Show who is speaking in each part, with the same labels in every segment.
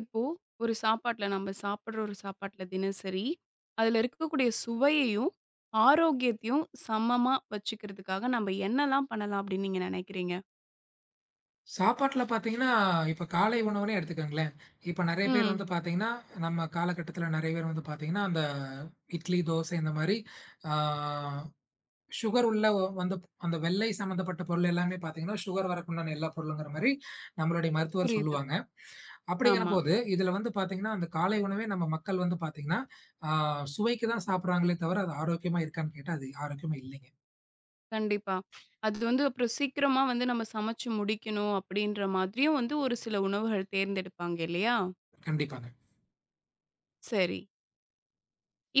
Speaker 1: இப்போ ஒரு சாப்பாட்ல நம்ம சாப்பிடுற ஒரு சாப்பாட்ல தினசரி, அதுல இருக்கக்கூடிய சுவையையும், ஆரோக்கியத்தையும் சமமா வச்சுக்கிறதுக்காக நம்ம என்னலாம் பண்ணலாம் அப்படின்னு நீங்க நினைக்கிறீங்க?
Speaker 2: சாப்பாட்ல பார்த்தீங்கன்னா, இப்ப காலை உணவுன்னே எடுத்துக்கங்களேன். இப்ப நெறைய பேர்
Speaker 1: ம்.
Speaker 2: வந்து பார்த்தீங்கன்னா, நம்ம காலகட்டத்தில நெறைய பேர் வந்து பார்த்தீங்கன்னா, அந்த இட்லி, தோசை இந்த மாரி ஆ சுகர் உள்ள வந்து அந்த வெள்ளை சம்மந்தப்பட்ட பொருள் எல்லாமே பார்த்தீங்கன்னா, சுகர் வரக்கு உண்டான எல்லா பொருளுங்கிற மாரி நம்மளுடைய மருத்துவர்
Speaker 1: புரியுது.
Speaker 2: சொல்லுவாங்க. அப்படிங்கிற
Speaker 1: ஆமா.
Speaker 2: போது, இதில வந்து பார்த்தீங்கன்னா, அந்த காலை உணவே நம்ம மக்கள் வந்து பார்த்தீங்கன்னா, ஆ சுவைக்கு தான் சாப்பிடுறாங்களே தவிர, அது ஆரோக்கியமா இருக்கான்னு கேட்டா, அது ஆரோக்கியமா இல்லைங்க.
Speaker 1: கண்டிப்பா. அது வந்து அப்புறம் சீக்கிரமா வந்து நம்ம சமைச்சு முடிக்கணும் அப்படின்ற மாதிரியும் வந்து ஒரு சில உணவுகள் தேர்ந்தெடுப்பாங்க இல்லையா?
Speaker 2: கண்டிப்பாங்க.
Speaker 1: சரி.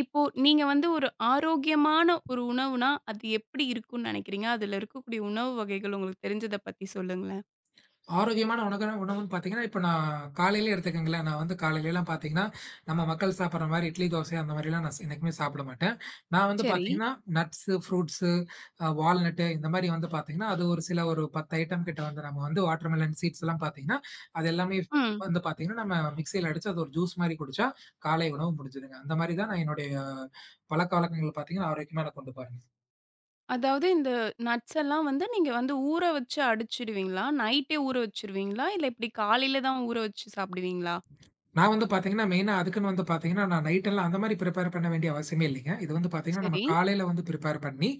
Speaker 1: இப்போ நீங்க வந்து ஒரு ஆரோக்கியமான ஒரு உணவுனா, அது எப்படி இருக்கும்னு நினைக்கிறீங்க? அதுல இருக்கக்கூடிய உணவு வகைகள் உங்களுக்கு தெரிஞ்சத பத்தி சொல்லுங்களேன்.
Speaker 2: ஆரோக்கியமான உணவுன்னு பார்த்தீங்கன்னா, இப்ப நான் காலையிலே எடுத்துக்கங்களேன், நான் வந்து காலையிலலாம் பார்த்தீங்கன்னா, நம்ம மக்கள் சாப்பிடுற மாரி இட்லி, தோசை அந்த மாரிலாம் நான் என்னைக்குமே சாப்பிட மாட்டேன். நான் வந்து
Speaker 1: சரி.
Speaker 2: பார்த்தீங்கன்னா, நட்ஸு, ஃப்ரூட்ஸு, வால்நட்டு இந்த மாரி வந்து பார்த்தீங்கன்னா, அது ஒரு சில 10 ஐட்டம் கிட்ட வந்து நம்ம வந்து வாட்டர்மெலன் சீட்ஸ்லாம் பார்த்தீங்கன்னா, அது எல்லாமே
Speaker 1: ம்.
Speaker 2: வந்து பார்த்தீங்கன்னா, நம்ம மிக்ஸியில அடிச்சு அது ஒரு ஜூஸ் மாரி குடிச்சா, காலை உணவு முடிஞ்சுதுங்க. அந்த மாரி தான் நான் என்னுடைய பழக்கவழக்கங்கள் பார்த்தீங்கன்னா, ஆரோக்கியமா நான் கொண்டு போறேங்க.
Speaker 1: அதாவது இந்த நட்ஸ் எல்லாம் வந்து நீங்க வந்து ஊற வச்சு அடிச்சுடுவீங்களா? நைட்டே ஊற வச்சுருவீங்களா? இல்ல இப்டி காலையில தான் ஊற வச்சு சாப்பிடுவீங்களா?
Speaker 2: நான் வந்து பார்த்தீங்கன்னா, மெயினா அதுக்குன்னு வந்து பார்த்தீங்கன்னா, நான் நைட் எல்லாம் அந்த மாரி பிரிப்பேர் பண்ண வேண்டிய அவசியமே இல்லைங்க. இது வந்து பார்த்தீங்கன்னா, நம்ம
Speaker 1: சரி.
Speaker 2: காலையில வந்து பிரிப்பேர் பண்ணி,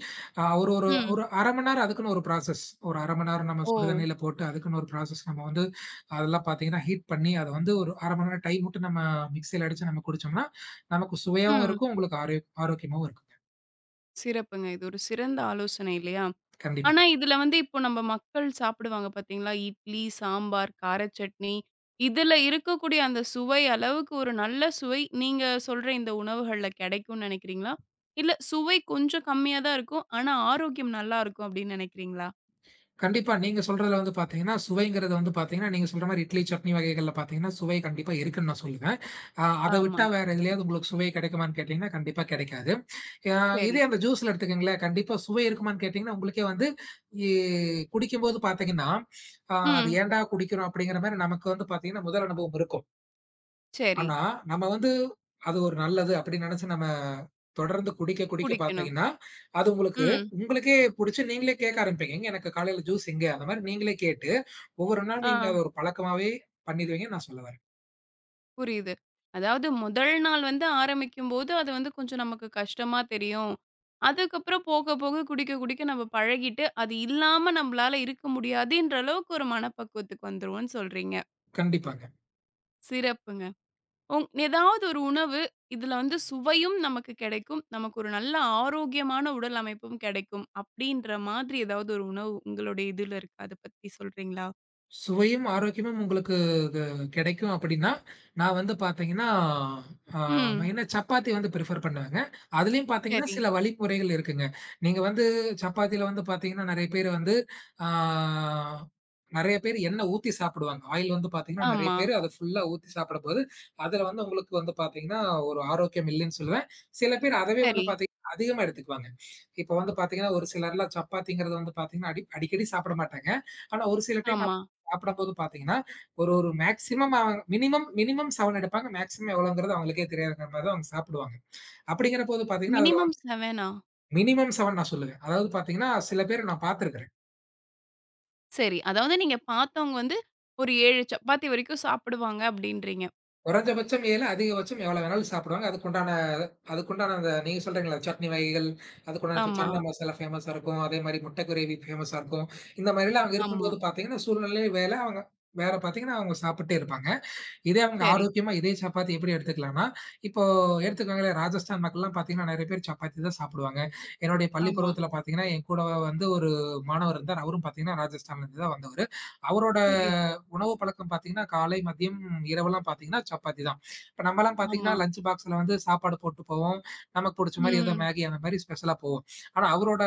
Speaker 2: அ ஒரு ஒரு
Speaker 1: ம்.
Speaker 2: ஒரு 1/2 மணி நேரம் அதுக்குன்னு ஒரு ப்ராசஸ். ஒரு 1/2 மணி நேரம் நம்ம
Speaker 1: ஓ!
Speaker 2: சுடு தண்ணீல போட்டு, அதுக்குன்னு ஒரு ப்ராசஸ் நம்ம வந்து அதெல்லாம் பார்த்தீங்கன்னா, ஹீட் பண்ணி அத வந்து ஒரு 1/2 மணி நேரம் டைம் விட்டு நம்ம மிக்ஸியில அடிச்சு நம்ம குடிச்சோம்னா, நமக்கு சுவையாவும்
Speaker 1: ம்.
Speaker 2: இருக்கும். உங்களுக்கு ஆரோக்கியமாவும் இருக்குங்க.
Speaker 1: சிறப்புங்க. இது ஒரு சிறந்த ஆலோசனை இல்லையா?
Speaker 2: கண்டிப்பா.
Speaker 1: ஆனா இதுல வந்து இப்போ நம்ம மக்கள் சாப்பிடுவாங்க பார்த்தீங்களா? இட்லி, சாம்பார், கார சட்னி இதுல இருக்கக்கூடிய அந்த சுவை அளவுக்கு ஒரு நல்ல சுவை நீங்க சொல்ற இந்த உணவுகள்ல கிடைக்கும்னு நினைக்கிறீங்களா? இல்ல சுவை கொஞ்சம் கம்மியா தான் இருக்கும். ஆனா ஆரோக்கியம் நல்லா இருக்கும் அப்டின்னு நினைக்கிறீங்களா?
Speaker 2: கண்டிப்பா. நீங்க சொல்றதுல வந்து பார்த்தீங்கன்னா, சுவைங்கிறது வந்து பார்த்தீங்கன்னா, நீங்க சொல்ற மாரி இட்லி, சட்னி வகைகள்ல பார்த்தீங்கன்னா, சுவை கண்டிப்பா இருக்குன்னு நான் சொல்லுவேன். அத
Speaker 1: ஆமா.
Speaker 2: விட்டா வேற எதுலயாவது உங்களுக்கு சுவை கிடைக்குமான்னு கேட்டீங்கன்னா, கண்டிப்பா கிடைக்காது. அ
Speaker 1: சரி.
Speaker 2: இதே அந்த ஜூஸ்ல எடுத்துக்கங்களேன், கண்டிப்பா சுவை இருக்குமான்னு கேட்டீங்கன்னா, உங்களுக்கே வந்து எ குடிக்கும்போது பார்த்தீங்கன்னா, அது
Speaker 1: ம்.
Speaker 2: ஏன்டா குடிக்கிறோம்? அப்படிங்கிற மாரி நமக்கு வந்து பார்த்தீங்கன்னா, முதல் அனுபவம் இருக்கும்.
Speaker 1: சரி.
Speaker 2: ஆனா, நம்ம வந்து அது ஒரு நல்லது அப்படின்னு நெனச்சு நம்ம தொடர்ந்து குடிக்க, குடிக்க
Speaker 1: குடிக்கணும்.
Speaker 2: பாத்தீங்கன்னா, அது உங்களுக்கு
Speaker 1: ம்.
Speaker 2: உங்களுக்கே புடிச்சு நீங்களே கேட்க ஆரம்பிப்பீங்க. "எங்க எனக்கு காலையில ஜூஸ் எங்க?" அந்த மாரி நீங்களே கேட்டு, ஒவ்வொரு நாள்
Speaker 1: ஆ
Speaker 2: நீங்க அத ஒரு பழக்கமாவே பண்ணிருவீங்கன்னு நான் சொல்ல வரேன்.
Speaker 1: புரியுது. அதாவது முதல் நாள் வந்து ஆரம்பிக்கும்போது, அது வந்து கொஞ்சம் நமக்கு கஷ்டமா தெரியும். அதுக்கப்புறம் போக, போக குடிக்க, குடிக்க நம்ம பழகிட்டு, அது இல்லாம நம்மளால இருக்க முடியாதுன்ற அளவுக்கு ஒரு மனப்பக்குவத்துக்கு வந்துருவோம்னு சொல்றீங்க.
Speaker 2: கண்டிப்பா.
Speaker 1: சிறப்புங்க. ஏதாவது ஒரு உணவு, இதுல வந்து சுவையும் நமக்கு கிடைக்கும். நமக்கு ஒரு நல்ல ஆரோக்கியமான உடல் அமைப்பும் கிடைக்கும். அப்படின்ற மாதிரி ஏதாவது ஒரு உணவு உங்களுடைய இதுல இருக்கா? அத பத்தி சொல்றீங்களா?
Speaker 2: சுவையும், ஆரோக்கியமும் உங்களுக்கு க கிடைக்கும் அப்படின்னா, நான் வந்து பார்த்தீங்கன்னா, ஆ
Speaker 1: ம்.
Speaker 2: மெயினா சப்பாத்தி வந்து பிரிஃபர் பண்ணுவேங்க. அதுலயும் பார்த்தீங்கன்னா,
Speaker 1: சரி.
Speaker 2: சில வழிமுறைகள் இருக்குங்க. நீங்க வந்து சப்பாத்தில வந்து பார்த்தீங்கன்னா, நெறைய பேர் வந்து ஆ நெறைய பேர் எண்ணெய் ஊத்தி சாப்பிடுவாங்க. ஆயில் வந்து பார்த்தீங்கன்னா, நெறைய
Speaker 1: ஆமா.
Speaker 2: பேர் அத ஃபுல்லா ஊத்தி சாப்பிடும்போது, அதுல வந்து உங்களுக்கு வந்து பார்த்தீங்கன்னா, ஒரு ஆரோக்கியம் இல்லைன்னு சொல்லுவேன். சில பேர் அதவே வந்து
Speaker 1: சரி.
Speaker 2: பார்த்தீங்கன்னா, அதிகமா எடுத்துக்குவாங்க. இப்ப வந்து பார்த்தீங்கன்னா, ஒரு சிலர்லாம் சப்பாத்திங்கிறது வந்து பார்த்தீங்கன்னா, அடிக்கடி சாப்பிட மாட்டாங்க. ஆனா, ஒரு சில டைம்
Speaker 1: ஆமா.
Speaker 2: சாப்பிடும்போது பார்த்தீங்கன்னா, ஒரு ஒரு மேக்ஸிமம் அவங்க மினிமம் மினிமம் 7 எடுப்பாங்க. மேக்ஸிமம் எவ்வளோங்கிறது அவங்களுக்கே தெரியாதுங்கிற மாரி தான் அவங்க சாப்பிடுவாங்க. அப்படிங்கிற போது பார்த்தீங்கன்னா, அதில
Speaker 1: மினிமம்
Speaker 2: வந்து
Speaker 1: 7ஆ?
Speaker 2: மினிமம் 7 நான் சொல்லுவேன். அதாவது பார்த்தீங்கன்னா, சில பேர நான் பார்த்துருக்கிறேன்.
Speaker 1: சரி. அதாவது நீங்க பார்த்தவங்க வந்து ஒரு 7 சப்பாத்தி வரைக்கும் சாப்பிடுவாங்க அப்டின்றீங்க.
Speaker 2: குறைஞ்சபட்சம் 7 அதிகபட்சம் எவ்வளோ வேணாலும் சாப்பிடுவாங்க. அதுக்குண்டான அதுக்குண்டான அந்த நீங்க சொல்றீங்கல்ல சட்னி வகைகள், அதுக்குண்டான இப்போ
Speaker 1: ஆமா,
Speaker 2: சன்னா மசாலா ஃபேமஸா இருக்கும். அதே மாரி முட்டை கிரேவி ஃபேமஸா இருக்கும். இந்த மாரிலாம் அவங்க
Speaker 1: ஆமா.
Speaker 2: இருக்கும்போது பார்த்தீங்கன்னா, சூழ்நிலை வேல அவங்க வேற பார்த்தீங்கன்னா, அவங்க சாப்பிட்டே இருப்பாங்க. இதே அவங்க
Speaker 1: சரி.
Speaker 2: ஆரோக்கியமா இதே சப்பாத்தி எப்படி எடுத்துக்கலான்னா, இப்போ எடுத்துக்கோங்களேன் ராஜஸ்தான் மக்கள்லாம் பார்த்தீங்கன்னா, நெறைய பேர் சப்பாத்தி தான் சாப்பிடுவாங்க. என்னுடைய பள்ளி
Speaker 1: ஆமா.
Speaker 2: பருவத்தில பார்த்தீங்கன்னா, என் கூட வந்து ஒரு மாணவர் இருந்தார். அவரும் பார்த்தீங்கன்னா, ராஜஸ்தான்லேருந்து தான் வந்தவரு. அவரோட
Speaker 1: புரியுது.
Speaker 2: உணவு பழக்கம் பார்த்தீங்கன்னா, காலை, மதியம், இரவெல்லாம் பார்த்தீங்கன்னா சப்பாத்தி தான். இப்ப நம்மலாம் பார்த்தீங்கன்னா,
Speaker 1: ஆமா.
Speaker 2: லஞ்ச் பாக்ஸ்ல வந்து சாப்பாடு போட்டு போவோம். நமக்கு புடிச்ச மாரி ஏதோ
Speaker 1: ம்,
Speaker 2: மேகி அந்த மாரி ஸ்பெஷலா போவோம். ஆனா அவரோட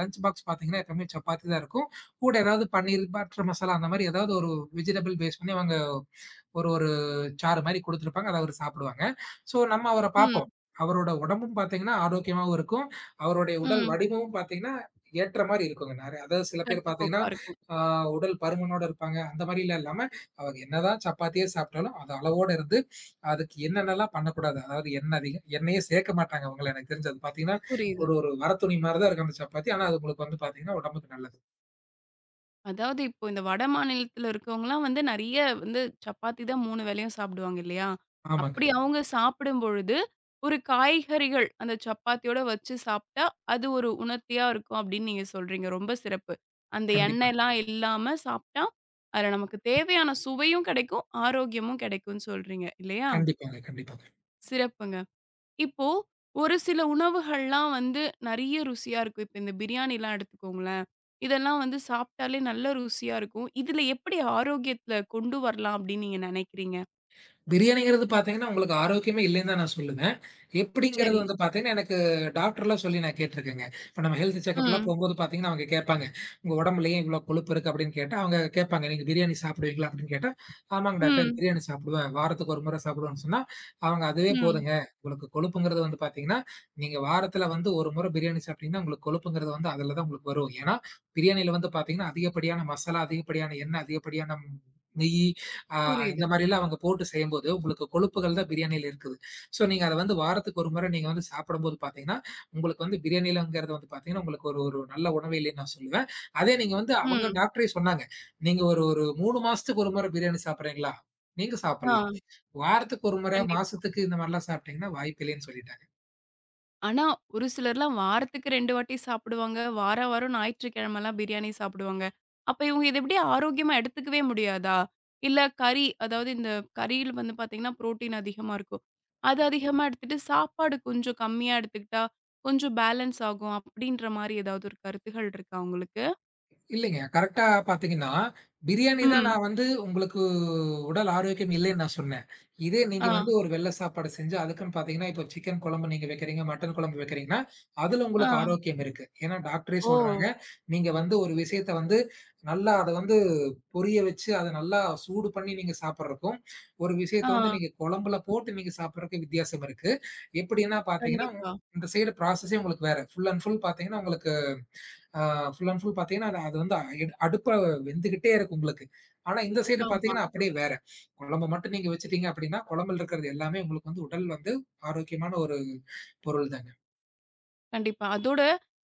Speaker 2: லஞ்ச் பாக்ஸ் பார்த்தீங்கன்னா, எப்பவுமே சப்பாத்தி தான் இருக்கும். கூட ஏதாவது பன்னீர், பட்டர் மசாலா அந்த மாரி ஏதாவது ஒரு வெஜிடபிள் பேஸ் பண்ணி அவங்க ஒரு ஒரு சாறு மாரி குடுத்துருப்பாங்க. அத அவரு சாப்பிடுவாங்க. ஸோ நம்ம அவர
Speaker 1: ம்,
Speaker 2: பார்ப்போம். அவரோட உடம்பும் பார்த்தீங்கன்னா, ஆரோக்கியமாவும் இருக்கும். அவருடைய உடல்
Speaker 1: ம்.
Speaker 2: வடிவமும் பார்த்தீங்கன்னா, ஏற்ற மாரி இருக்குங்க. நெறைய அதாவது சில பேர் பார்த்தீங்கன்னா,
Speaker 1: கட்டுக்கோப்பா இருக்கும்.
Speaker 2: ஆ உடல் பருமனோட இருப்பாங்க. அந்த மாரிலாம் இல்லாம, அவங்க என்னதான் சப்பாத்தியே சாப்பிட்டாலும், அது அளவோட இருந்து, அதுக்கு என்னென்னலாம் பண்ணக்கூடாது. அதாவது எண்ணெய் அதிகம் எண்ணெயே சேர்க்க மாட்டாங்க அவங்கள எனக்கு தெரிஞ்சு. அது பார்த்தீங்கன்னா,
Speaker 1: புரியுது.
Speaker 2: ஒரு ஒரு வரத்துணி மாரி தான் இருக்கும் அந்த சப்பாத்தி. ஆனா அது உங்களுக்கு வந்து பார்த்தீங்கன்னா, உடம்புக்கு நல்லது.
Speaker 1: அதாவது இப்போ இந்த வட மாநிலத்தில இருக்கவங்கலாம் வந்து நெறைய வந்து சப்பாத்தி தான் 3 வேளையும் சாப்பிடுவாங்க இல்லையா?
Speaker 2: ஆமாங்க.
Speaker 1: அப்படி அவங்க சாப்பிடும் பொழுது, ஒரு காய்கறிகள் அந்த சப்பாத்தியோட வச்சு சாப்பிட்டா, அது ஒரு உணர்த்தியா இருக்கும் அப்படின்னு நீங்க சொல்றீங்க. ரொம்ப சிறப்பு. அந்த
Speaker 2: கண்டிப்பா.
Speaker 1: எண்ணெய்லாம் இல்லாம சாப்பிட்டா, அதுல நமக்கு தேவையான சுவையும் கெடைக்கும், ஆரோக்கியமும் கெடைக்கும்னு சொல்றீங்க இல்லையா?
Speaker 2: கண்டிப்பாங்க, கண்டிப்பா.
Speaker 1: சிறப்புங்க. இப்போ ஒரு சில உணவுகள்லாம் வந்து நெறைய ருசியா இருக்கும். இப்ப இந்த பிரியாணிலாம் எடுத்துக்கோங்களேன். இதெல்லாம் வந்து சாப்ட்டாலே நல்ல ருசியா இருக்கும். இதுல எப்படி ஆரோக்கியத்துல கொண்டு வரலாம் அப்படின்னு நீங்க நெனைக்கிறீங்க?
Speaker 2: பிரியாணிங்கிறது பார்த்தீங்கன்னா, உங்களுக்கு ஆரோக்கியமே இல்லைன்னு தான் நான் சொல்லுவேன். எப்படிங்கிறது
Speaker 1: சரி.
Speaker 2: வந்து பார்த்தீங்கன்னா, எனக்கு டாக்டர்லாம் சொல்லி நான் கேட்டுருக்கேங்க. இப்ப நம்ம ஹெல்த் செக்கப்லாம்
Speaker 1: ம்.
Speaker 2: போம்போது பார்த்தீங்கன்னா, அவங்க கேட்பாங்க. "உங்க உடம்புல ஏன் இவ்வளோ கொழுப்பு இருக்கு?" அப்படின்னு கேட்டா, அவங்க கேட்பாங்க, "நீங்க பிரியாணி சாப்பிடுவீங்களா?" அப்படின்னு கேட்டா, "ஆமாங்க டாக்டர்
Speaker 1: ம்.
Speaker 2: பிரியாணி சாப்பிடுவேன். வாரத்துக்கு ஒரு முறை சாப்பிடுவேன்னு" சொன்னா, அவங்க "அதுவே
Speaker 1: ம்.
Speaker 2: போதுங்க. உங்களுக்கு கொழுப்புங்கிறது வந்து பார்த்தீங்கன்னா, நீங்க வாரத்துல வந்து ஒரு முறை பிரியாணி சாப்பிட்டீங்கன்னா, உங்களுக்கு கொழுப்புங்கிறது வந்து அதுல தான் உங்களுக்கு வரும். ஏன்னா, பிரியாணியில வந்து பார்த்தீங்கன்னா, அதிகப்படியான மசாலா, அதிகப்படியான எண்ணெய், அதிகப்படியான நெய். ஆ இந்த
Speaker 1: புரியுது.
Speaker 2: மாரிலாம் அவங்க போட்டு செய்யும்போது, உங்களுக்கு கொழுப்புகள் தான் பிரியாணியில இருக்குது. ஸோ நீங்க அத வந்து வாரத்துக்கு ஒரு முறை நீங்க வந்து சாப்பிடும்போது பார்த்தீங்கன்னா, உங்களுக்கு வந்து பிரியாணிலங்கிறது வந்து பார்த்தீங்கன்னா, உங்களுக்கு ஒரு ஒரு நல்ல உணவில்லைன்னு நான் சொல்லுவேன். அதே நீங்க வந்து அவங்க
Speaker 1: ம்.
Speaker 2: டாக்டரே சொன்னாங்க. நீங்க ஒரு ஒரு 3 மாசத்துக்கு ஒரு முறை பிரியாணி சாப்பிடுறீங்களா? நீங்க
Speaker 1: ஆ.
Speaker 2: சாப்பிடலாம். வாரத்துக்கு ஒரு முறை,
Speaker 1: கண்டிப்பா.
Speaker 2: மாசத்துக்கு இந்த மாரிலாம் சாப்பிட்டீங்கன்னா வாய்ப்பில்லைன்னு சொல்லிட்டாங்க.
Speaker 1: ஆனா, ஒரு சிலர்லாம் வாரத்துக்கு 2 வாட்டி சாப்பிடுவாங்க. வாரா வாரம் ஞாயிற்றுக்கிழமைலாம் பிரியாணி சாப்பிடுவாங்க. அப்ப இவங்க இத எப்படி ஆரோக்கியமா எடுத்துக்கவே முடியாதா? இல்ல கறி, அதாவது இந்த கறியில வந்து பார்த்தீங்கன்னா, புரோட்டீன் அதிகமா இருக்கும். அது அதிகமா எடுத்துட்டு, சாப்பாடு கொஞ்சம் கம்மியா எடுத்துக்கிட்டா, கொஞ்சம் பேலன்ஸ் ஆகும். அப்படின்ற மாரி ஏதாவது ஒரு கருத்துகள் இருக்கா உங்களுக்கு?
Speaker 2: இல்லைங்க. கரெக்ட்டா பார்த்தீங்கன்னா, பிரியாணி தான்
Speaker 1: ம்.
Speaker 2: நான் வந்து உங்களுக்கு உடல் ஆரோக்கியம் இல்லைன்னு நான் சொன்னேன். இதே நீங்க
Speaker 1: ஆ,
Speaker 2: வந்து ஒரு வெள்ள சாப்பாடு செஞ்சு, அதுக்குன்னு பார்த்தீங்கன்னா, இப்போ சிக்கன் குழம்பு நீங்க வைக்கிறீங்க, மட்டன் குழம்பு வைக்கிறீங்கன்னா, அதுல
Speaker 1: ஆ.
Speaker 2: உங்களுக்கு ஆரோக்கியம் இருக்கு. ஏன்னா டாக்டரே
Speaker 1: ஓ!
Speaker 2: சொல்றாங்க, நீங்க வந்து ஒரு விஷயத்த வந்து நல்லா அத வந்து பொரிய வச்சு, அத நல்லா சூடு பண்ணி நீங்க சாப்பிடுறதுக்கும், ஒரு விஷயத்த வந்து
Speaker 1: ஆ.
Speaker 2: நீங்க குழம்புல போட்டு நீங்க சாப்பிடுறதுக்கும் வித்தியாசம் இருக்கு. எப்படின்னா பார்த்தீங்கன்னா,
Speaker 1: கண்டிப்பா.
Speaker 2: இந்த சைடு ப்ராசஸே உங்களுக்கு வேற. ஃபுல் அண்ட் ஃபுல் பார்த்தீங்கன்னா உங்களுக்கு ஆ ஃபுல் அண்ட் ஃபுல் பார்த்தீங்கன்னா, அது அது வந்து அடுப்புல வெந்துகிட்டே இருக்கும் உங்களுக்கு. ஆனா இந்த சைடு
Speaker 1: ஆமா.
Speaker 2: பார்த்தீங்கன்னா, அப்படியே வேற. குழம்ப மட்டும் நீங்க வச்சுட்டீங்க அப்படின்னா, குழம்புல இருக்கிறது எல்லாமே உங்களுக்கு வந்து உடல் வந்து ஆரோக்கியமான ஒரு பொருள் தாங்க.
Speaker 1: கண்டிப்பா. அதோட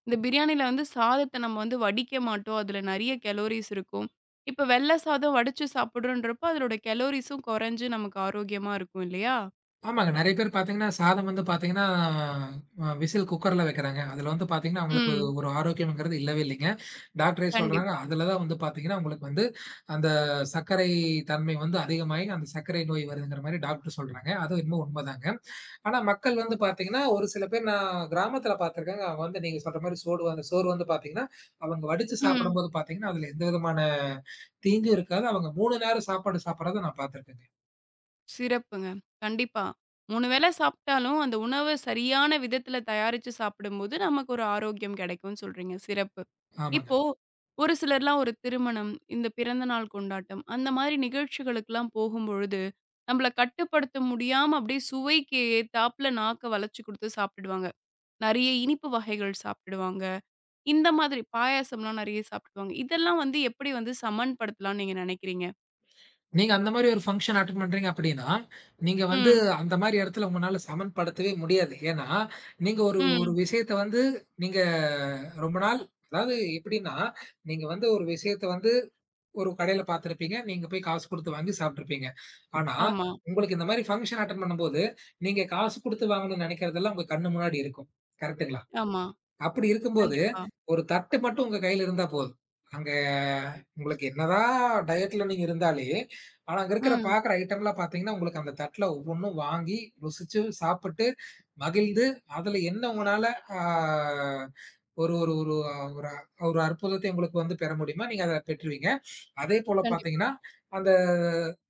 Speaker 1: இந்த பிரியாணில வந்து சாதத்த நம்ம வந்து வடிக்க மாட்டோம். அதுல நெறைய கேலோரிஸ் இருக்கும். இப்ப வெள்ள சாதம் வடிச்சு சாப்பிடுறோன்றப்போ, அதோட கேலோரிஸும் குறைஞ்சு நமக்கு ஆரோக்கியமா இருக்கும் இல்லையா?
Speaker 2: ஆமாங்க. நெறைய பேர் பார்த்தீங்கன்னா, சாதம் வந்து பார்த்தீங்கன்னா, விசில் குக்கர்ல வைக்கிறாங்க. அதுல வந்து பார்த்தீங்கன்னா, அவங்களுக்கு
Speaker 1: ம்.
Speaker 2: ஒரு ஆரோக்கியம்ங்கிறது இல்லவே இல்லைங்க. டாக்டரே சொல்றாங்க,
Speaker 1: கண்டிப்பா.
Speaker 2: அதுல தான் வந்து பார்த்தீங்கன்னா, உங்களுக்கு வந்து அந்த சர்க்கரை தன்மை வந்து அதிகமாகி, அந்த சர்க்கரை நோய் வருதுங்கிற மாரி டாக்டர் சொல்றாங்க. அதுவும் என்னமோ உண்மதாங்க. ஆனா, மக்கள் வந்து பாத்தீங்கன்னா, ஒரு சில பேர் நான் கிராமத்தில பாத்துருக்கேங்க. அவங்க வந்து நீங்க சொல்ற மாரி சோடு அந்த சோறு வந்து பாத்தீங்கன்னா, அவங்க வடிச்சு
Speaker 1: ம்.
Speaker 2: சாப்பிடும்போது பாத்தீங்கன்னா, அதுல எந்த விதமான தீங்கும் இருக்காது. அவங்க 3 நேரம் சாப்பாடு சாப்பிடுறத நான் பாத்துருக்கேங்க.
Speaker 1: சிறப்புங்க. கண்டிப்பா. 3 வேள சாப்பிட்டாலும், அந்த உணவு சரியான விதத்தில தயாரிச்சு சாப்பிடும்போது, நமக்கு ஒரு ஆரோக்கியம் கெடைக்கும்னு சொல்றீங்க. சிறப்பு.
Speaker 2: ஆமாங்க.
Speaker 1: இப்போ ஒரு சிலர்லாம் ஒரு திருமணம், இந்த பிறந்த நாள் கொண்டாட்டம், அந்த மாரி நிகழ்ச்சிகளுக்கெல்லாம் போகும்பொழுது, நம்மள கட்டுப்படுத்த முடியாம அப்படியே சுவைக்கு ஏத்தாப்புல நாக்க வளச்சு குடுத்து சாப்பிடுவாங்க. நெறைய இனிப்பு வகைகள் சாப்பிடுவாங்க. இந்த மாதிரி பாயாசம்லாம் நெறைய சாப்பிடுவாங்க. இதெல்லாம் வந்து எப்படி வந்து சமன்படுத்தலாம்னு நீங்க நெனைக்கிறீங்க?
Speaker 2: நீங்க அந்த மாரி ஒரு ஃபங்ஷன் அட்டெண்ட் பண்றீங்க அப்படின்னா, நீங்க வந்து
Speaker 1: ம்,
Speaker 2: அந்த மாரி இடத்துல உங்கனால சமன்படுத்தவே முடியாது. ஏன்னா, நீங்க ஒரு ஒரு
Speaker 1: ம்.
Speaker 2: விஷயத்த வந்து நீங்க ரொம்ப நாள் அதாவது எப்படின்னா, நீங்க வந்து ஒரு விஷயத்த வந்து ஒரு கடையில பார்த்திருப்பீங்க. நீங்க போய் காசு குடுத்து வாங்கி சாப்பிட்டுருப்பீங்க. ஆனா,
Speaker 1: ஆமா,
Speaker 2: உங்களுக்கு இந்த மாரி ஃபங்ஷன் அட்டெண்ட் பண்ணும்போது, நீங்க காசு குடுத்து வாங்கணும்னு நெனைக்கிறதெல்லாம் உங்க கண்ணு முன்னாடி இருக்கும். கரெக்ட்டுங்களா?
Speaker 1: ஆமா.
Speaker 2: அப்படி இருக்கும்போது,
Speaker 1: கண்டிப்பா.
Speaker 2: ஒரு தட்டு மட்டும் உங்க கையில இருந்தா போதும். அங்க உங்களுக்கு என்னதான் டயட்ல நீங்க இருந்தாலே, ஆனா அங்க இருக்கிற
Speaker 1: ம்.
Speaker 2: பார்க்குற ஐட்டம்லாம் பார்த்தீங்கன்னா, உங்களுக்கு அந்த தட்ல ஒவ்வொன்னும் வாங்கி, ருசிச்சு, சாப்பிட்டு, மகிழ்ந்து, அதுல என்ன உங்கனால ஆ ஒரு ஒரு ஒரு ஒரு ஒரு அற்புதத்தை உங்களுக்கு வந்து பெற முடியுமோ, நீங்க அத பெற்றுருவீங்க. அதே போல
Speaker 1: கண்டிப்பா.
Speaker 2: பார்த்தீங்கன்னா, அந்த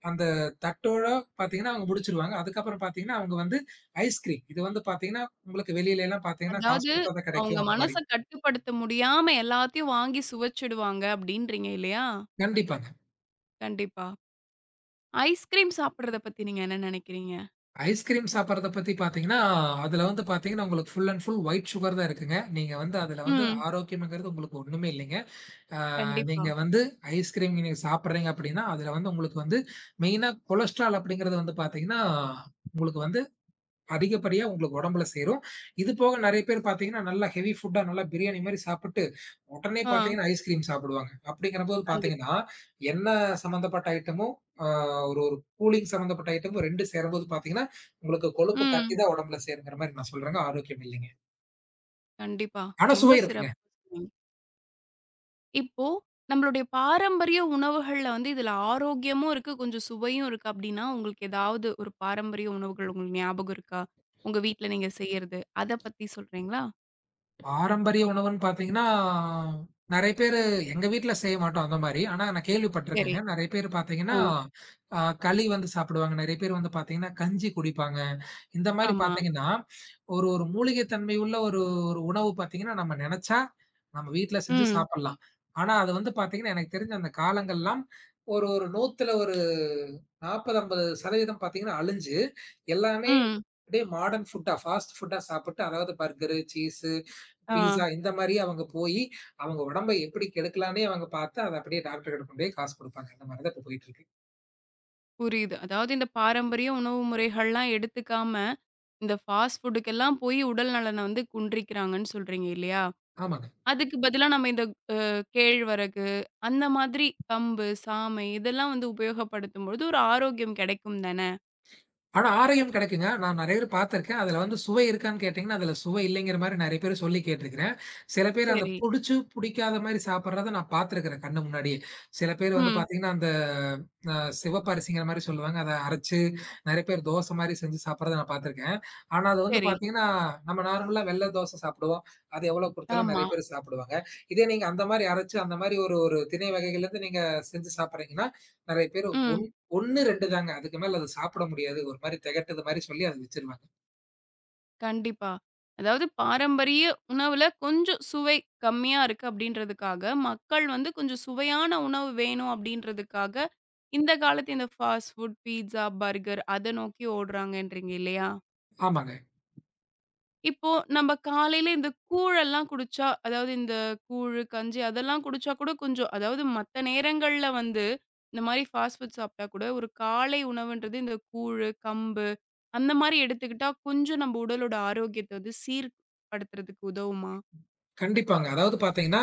Speaker 2: அந்த தட்டோட பார்த்தீங்கன்னா, அவங்க முடிச்சுருவாங்க. அதுக்கப்புறம் பார்த்தீங்கன்னா, அவங்க வந்து ஐஸ்கிரீம். இது வந்து பார்த்தீங்கன்னா, உங்களுக்கு வெளியிலலாம் பார்த்தீங்கன்னா, காசு
Speaker 1: அதாவது
Speaker 2: குடுத்தா தான்
Speaker 1: அவங்க
Speaker 2: கிடைக்கும் அந்த
Speaker 1: மனச
Speaker 2: மாரி.
Speaker 1: கட்டுப்படுத்த முடியாம எல்லாத்தையும் வாங்கி சுவைச்சிடுவாங்க அப்டின்றீங்க இல்லையா?
Speaker 2: கண்டிப்பாங்க.
Speaker 1: கண்டிப்பா. ஐஸ்கிரீம் சாப்பிடுறத பத்தி நீங்க என்ன நெனைக்கிறீங்க?
Speaker 2: ஐஸ்கிரீம் சாப்பிடுறத பத்தி பார்த்தீங்கன்னா, அதுல வந்து பார்த்தீங்கன்னா, உங்களுக்கு full and full white sugar தான் இருக்குங்க. நீங்க வந்து அதுல வந்து
Speaker 1: ம்.
Speaker 2: ஆரோக்கியம்ங்கிறது உங்களுக்கு ஒண்ணுமே இல்லைங்க.
Speaker 1: கண்டிப்பா.
Speaker 2: நீங்க வந்து ஐஸ்கிரீம் நீங்க சாப்பிடுறீங்க அப்படின்னா, அதுல வந்து உங்களுக்கு வந்து மெயினா கொலஸ்ட்ரால் அப்படிங்கிறது வந்து பார்த்தீங்கன்னா, உங்களுக்கு வந்து அதிகப்படியா உங்களுக்கு உடம்புல சேரும். இது போக நெறைய பேர் பார்த்தீங்கன்னா, நல்லா ஹெவி ஃபுட்டா நல்லா பிரியாணி மாரி சாப்பிட்டு, உடனே
Speaker 1: ஆ.
Speaker 2: பார்த்தீங்கன்னா, ஐஸ்கிரீம் சாப்பிடுவாங்க. அப்படிங்கிறபோது
Speaker 1: கண்டிப்
Speaker 2: பார்த்தீங்கன்னா, எண்ணெய் சம்மந்தப்பட்ட ஐட்டமும், ஆ ஒரு ஒரு கூலிங் சம்மந்தப்பட்ட ஐட்டமும் 2 சேரும்போது பார்த்தீங்கன்னா, உங்களுக்கு கொழுப்பு கட்டி
Speaker 1: ம்.
Speaker 2: தான் உடம்புல சேருங்கிற மாரி நான் சொல்றேங்க. ஆரோக்கியம் இல்லைங்க.
Speaker 1: கண்டிப்பா.
Speaker 2: ஆனா
Speaker 1: ரொம்ப
Speaker 2: சுவை இருக்குங்க.
Speaker 1: சிறப்பா சொன்னீங்க. இப்போ நம்மளுடைய பாரம்பரிய உணவுகள்ல வந்து இதுல ஆரோக்கியமும் இருக்கு, கொஞ்சம் சுவையும் இருக்கு அப்டின்னா, உங்களுக்கு ஏதாவது ஒரு பாரம்பரிய உணவுகள் உங்களுக்கு ஞாபகம் இருக்கா? உங்க வீட்ல நீங்க செய்யறது. அத பத்தி சொல்றீங்களா?
Speaker 2: பாரம்பரிய உணவுன்னு பார்த்தீங்கன்னா, நெறைய பேரு எங்க வீட்ல செய்ய மாட்டோம் அந்த மாரி. ஆனா நான்
Speaker 1: சரி.
Speaker 2: கேள்விப்பட்டுருக்கேங்க. நெறைய பேர்
Speaker 1: ஆ.
Speaker 2: பார்த்தீங்கன்னா, ஆ களி வந்து சாப்பிடுவாங்க. நெறைய பேர் வந்து பார்த்தீங்கன்னா, கஞ்சி குடிப்பாங்க. இந்த மாரி
Speaker 1: ஆமா.
Speaker 2: பார்த்தீங்கன்னா, ஒரு ஒரு மூலிகை தன்மை உள்ள ஒரு ஒரு உணவு பார்த்தீங்கன்னா, நம்ம நெனச்சா நம்ம வீட்ல செஞ்சு
Speaker 1: ம்.
Speaker 2: சாப்பிடலாம். ஆனா, அது வந்து பார்த்தீங்கன்னா, எனக்கு தெரிஞ்ச அந்த காலங்கள்லாம் ஒரு ஒரு 100ல ஒரு 40, 50% பார்த்தீங்கன்னா அழிஞ்சு, எல்லாமே
Speaker 1: ம்.
Speaker 2: அப்படியே மாடர்ன் ஃபுட்டா, ஃபாஸ்ட் ஃபுட்டா சாப்பிட்டு, அதாவது பர்கரு, சீஸு,
Speaker 1: ஆ
Speaker 2: பீஸா இந்த மாரி அவங்க போயி, அவங்க உடம்ப எப்படி கெடுக்கலான்னே அவங்க பார்த்து, அத அப்படியே டாக்டர் கிட்ட கொண்டு போய் காசு குடுப்பாங்க. இந்த மாரி தான் இப்ப போயிட்டு இருக்கு.
Speaker 1: புரியுது. அதாவது இந்த பாரம்பரிய உணவு முறைகள்லாம் எடுத்துக்காம, இந்த ஃபாஸ்ட் ஃபுட்டுக்கெல்லாம் போய் உடல் நலன வந்து குன்றிக்கிறாங்கன்னு சொல்றீங்க இல்லையா?
Speaker 2: ஆமாங்க.
Speaker 1: அதுக்கு பதிலா நம்ம இந்த கேழ்வரகு, அந்த மாதிரி கம்பு, சாமை இதெல்லாம் வந்து உபயோகப்படுத்தும்பொழுது ஒரு ஆரோக்கியம் கெடைக்கும் தானே?
Speaker 2: ஆனா, ஆரோக்கியம் கிடைக்குங்க. நான் நெறைய பேர் பார்த்துருக்கேன். அதுல வந்து சுவை இருக்கான்னு கேட்டீங்கன்னா, அதுல சுவை இல்லைங்கிற மாரி நெறைய பேர் சொல்லி கேட்டுருக்கிறேன். சில பேர் அந்த
Speaker 1: சரி.
Speaker 2: புடிச்சு, புடிக்காத மாரி சாப்பிடுறத நான் பார்த்துருக்கிறேன் கண்ணு முன்னாடியே. சில பேர் வந்து
Speaker 1: ம்.
Speaker 2: பார்த்தீங்கன்னா, அந்த அ சிவப்பு அரிசிங்கிற மாரி சொல்லுவாங்க. அத அரைச்சு நெறைய பேர் தோசை மாரி செஞ்சு சாப்பிடுறத நான் பார்த்துருக்கேன். ஆனா, அது வந்து
Speaker 1: சரி.
Speaker 2: பார்த்தீங்கன்னா, நம்ம நார்மலா வெள்ள தோசை சாப்பிடுவோம். அது எவ்வளோ குடுத்தாலும்
Speaker 1: ஆமா.
Speaker 2: நெறைய பேர் சாப்பிடுவாங்க. இதே நீங்க அந்த மாரி அரைச்சு, அந்த மாரி ஒரு ஒரு திணை வகைகள்லேருந்து நீங்க செஞ்சு சாப்பிடுறீங்கன்னா, நெறைய பேர்
Speaker 1: ம்.
Speaker 2: ஒண்ணு ரெண்டு தாங்க அதுக்கு மேல அது சாப்பிட முடியாது ஒரு மாதிரி திகட்டுது மாதிரி சொல்லி அதை வச்சிருவாங்க.
Speaker 1: கண்டிப்பா. அதாவது பாரம்பரிய உணவுல கொஞ்சம் சுவை கம்மியா இருக்கு அப்படின்றதுக்காக, மக்கள் வந்து கொஞ்சம் சுவையான உணவு வேணும் அப்படின்றதுக்காக, இந்த காலத்து இந்த ஃபாஸ்ட் ஃபுட், பீட்ஸா, பர்கர் அத நோக்கி ஓடுறாங்கன்றீங்க இல்லையா?
Speaker 2: ஆமாங்க.
Speaker 1: இப்போ நம்ம காலையில இந்த கூழெல்லாம் குடிச்சா, அதாவது இந்த கூழு, கஞ்சி அதெல்லாம் குடிச்சா கூட கொஞ்சம் அதாவது மத்த நேரங்கள்ல வந்து, இந்த மாரி ஃபாஸ்ட் ஃபுட் சாப்பிட்டா கூட ஒரு காலை உணவுன்றது இந்த கூழு, கம்பு அந்த மாரி எடுத்துக்கிட்டா கொஞ்சம் நம்ம உடலோட ஆரோக்கியத்த வந்து சீர்படுத்துறதுக்கு உதவுமா?
Speaker 2: கண்டிப்பாங்க. அதாவது பாத்தீங்கன்னா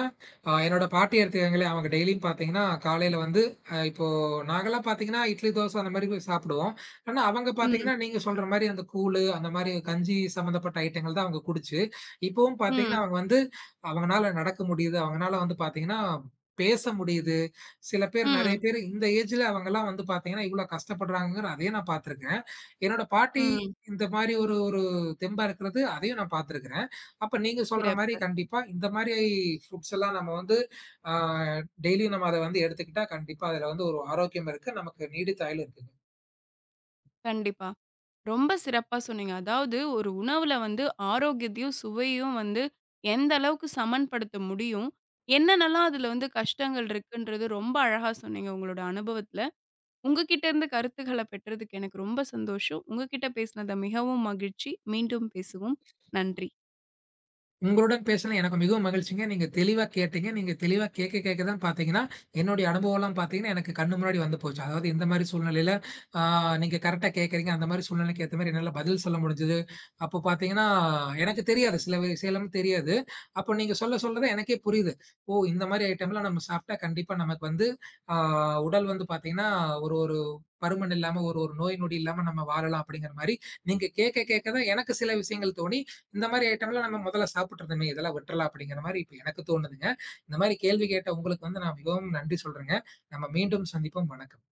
Speaker 2: என்னோட பாட்டி எடுத்துக்காங்களே, அவங்க டெய்லியும் பாத்தீங்கன்னா காலையில வந்து இப்போ நாங்கெல்லாம் பாத்தீங்கன்னா இட்லி தோசை அந்த மாதிரி போய் சாப்பிடுவோம். ஆனா அவங்க
Speaker 1: ம்,
Speaker 2: பாத்தீங்கன்னா நீங்க சொல்ற மாதிரி அந்த கூழு அந்த மாதிரி கஞ்சி சம்பந்தப்பட்ட ஐட்டங்கள் தான் அவங்க குடிச்சு இப்பவும் பாத்தீங்கன்னா
Speaker 1: ம்,
Speaker 2: அவங்க வந்து அவங்கனால நடக்க முடியுது. அவங்கனால வந்து பாத்தீங்கன்னா பேச முடியுது. சில பேர் நிறைய
Speaker 1: ம்,
Speaker 2: பேர் இந்த ஏஜ்ல அவங்கெல்லாம் வந்து பாத்தீங்கன்னா இவ்வளவு கஷ்டப்படுறாங்கிற அதையே நான் பாத்திருக்கேன். என்னோட பாட்டி
Speaker 1: ம்.
Speaker 2: இந்த மாரி ஒரு ஒரு தெம்பா இருக்கிறது, அதையும் நான் பார்த்துருக்கிறேன். அப்ப நீங்க சொல்ற மாரி
Speaker 1: சிறப்பு.
Speaker 2: கண்டிப்பா இந்த மாரி ஃபுட்ஸ் எல்லாம் நம்ம வந்து அ டெய்லியும் நம்ம அத வந்து எடுத்துக்கிட்டா, கண்டிப்பா அதுல வந்து ஒரு ஆரோக்கியம் இருக்கு. நமக்கு நீடித்த ஆயுள் இருக்குங்க.
Speaker 1: கண்டிப்பா. ரொம்ப சிறப்பா சொன்னீங்க. அதாவது ஒரு உணவுல வந்து ஆரோக்கியத்தையும், சுவையும் வந்து எந்த அளவுக்கு சமன்படுத்த முடியும்? என்னென்னலாம் அதுல வந்து கஷ்டங்கள் இருக்குன்றது ரொம்ப அழகா சொன்னீங்க உங்களோட அனுபவத்துல. உங்ககிட்ட இருந்து கருத்துக்கள பெற்றதுக்கு எனக்கு ரொம்ப சந்தோஷம். உங்ககிட்ட பேசினத மிகவும் மகிழ்ச்சி. மீண்டும் பேசுவோம். நன்றி.
Speaker 2: உங்களுடன் பேசுனது எனக்கு மிகவும் மகிழ்ச்சிங்க. நீங்க தெளிவா கேட்டீங்க. நீங்க தெளிவா கேட்க கேட்க தான் பார்த்தீங்கன்னா, என்னுடைய அனுபவம்லாம் பார்த்தீங்கன்னா, எனக்கு கண்ணு முன்னாடி வந்து போச்சு. அதாவது எந்த மாரி சூழ்நிலையில, ஆ நீங்க கரெக்ட்டா கேட்கறீங்க. அந்த மாரி சூழ்நிலைக்கு ஏத்த மாரி என்னால பதில் சொல்ல முடிஞ்சது. அப்போ பார்த்தீங்கன்னா, எனக்கு தெரியாது. சில விஷயம்லாம் தெரியாது. அப்போ நீங்க சொல்ல சொல்ல தான் எனக்கே புரியுது. ஓ! இந்த மாரி ஐட்டம்லாம் நம்ம சாப்பிட்டா கண்டிப்பா நமக்கு வந்து, ஆ உடல் வந்து பார்த்தீங்கன்னா, ஒரு ஒரு பருமன் இல்லாம, ஒரு ஒரு நோய் நொடி இல்லாம நம்ம வாழலாம் அப்படிங்கிற மாரி, நீங்க கேட்க கேட்க தான் எனக்கு சில விஷயங்கள் தோணி, இந்த மாரி ஐட்டம்லாம் நம்ம முதல்ல சாப்பிட்டுருந்தோமே, இதெல்லாம் விட்றலாம் அப்படிங்கிற மாரி இப்ப எனக்கு தோணுதுங்க. இந்த மாரி கேள்வி கேட்ட உங்களுக்கு வந்து நான் மிகவும் நன்றி சொல்றேங்க. நம்ம மீண்டும் சந்திப்போம். வணக்கம்.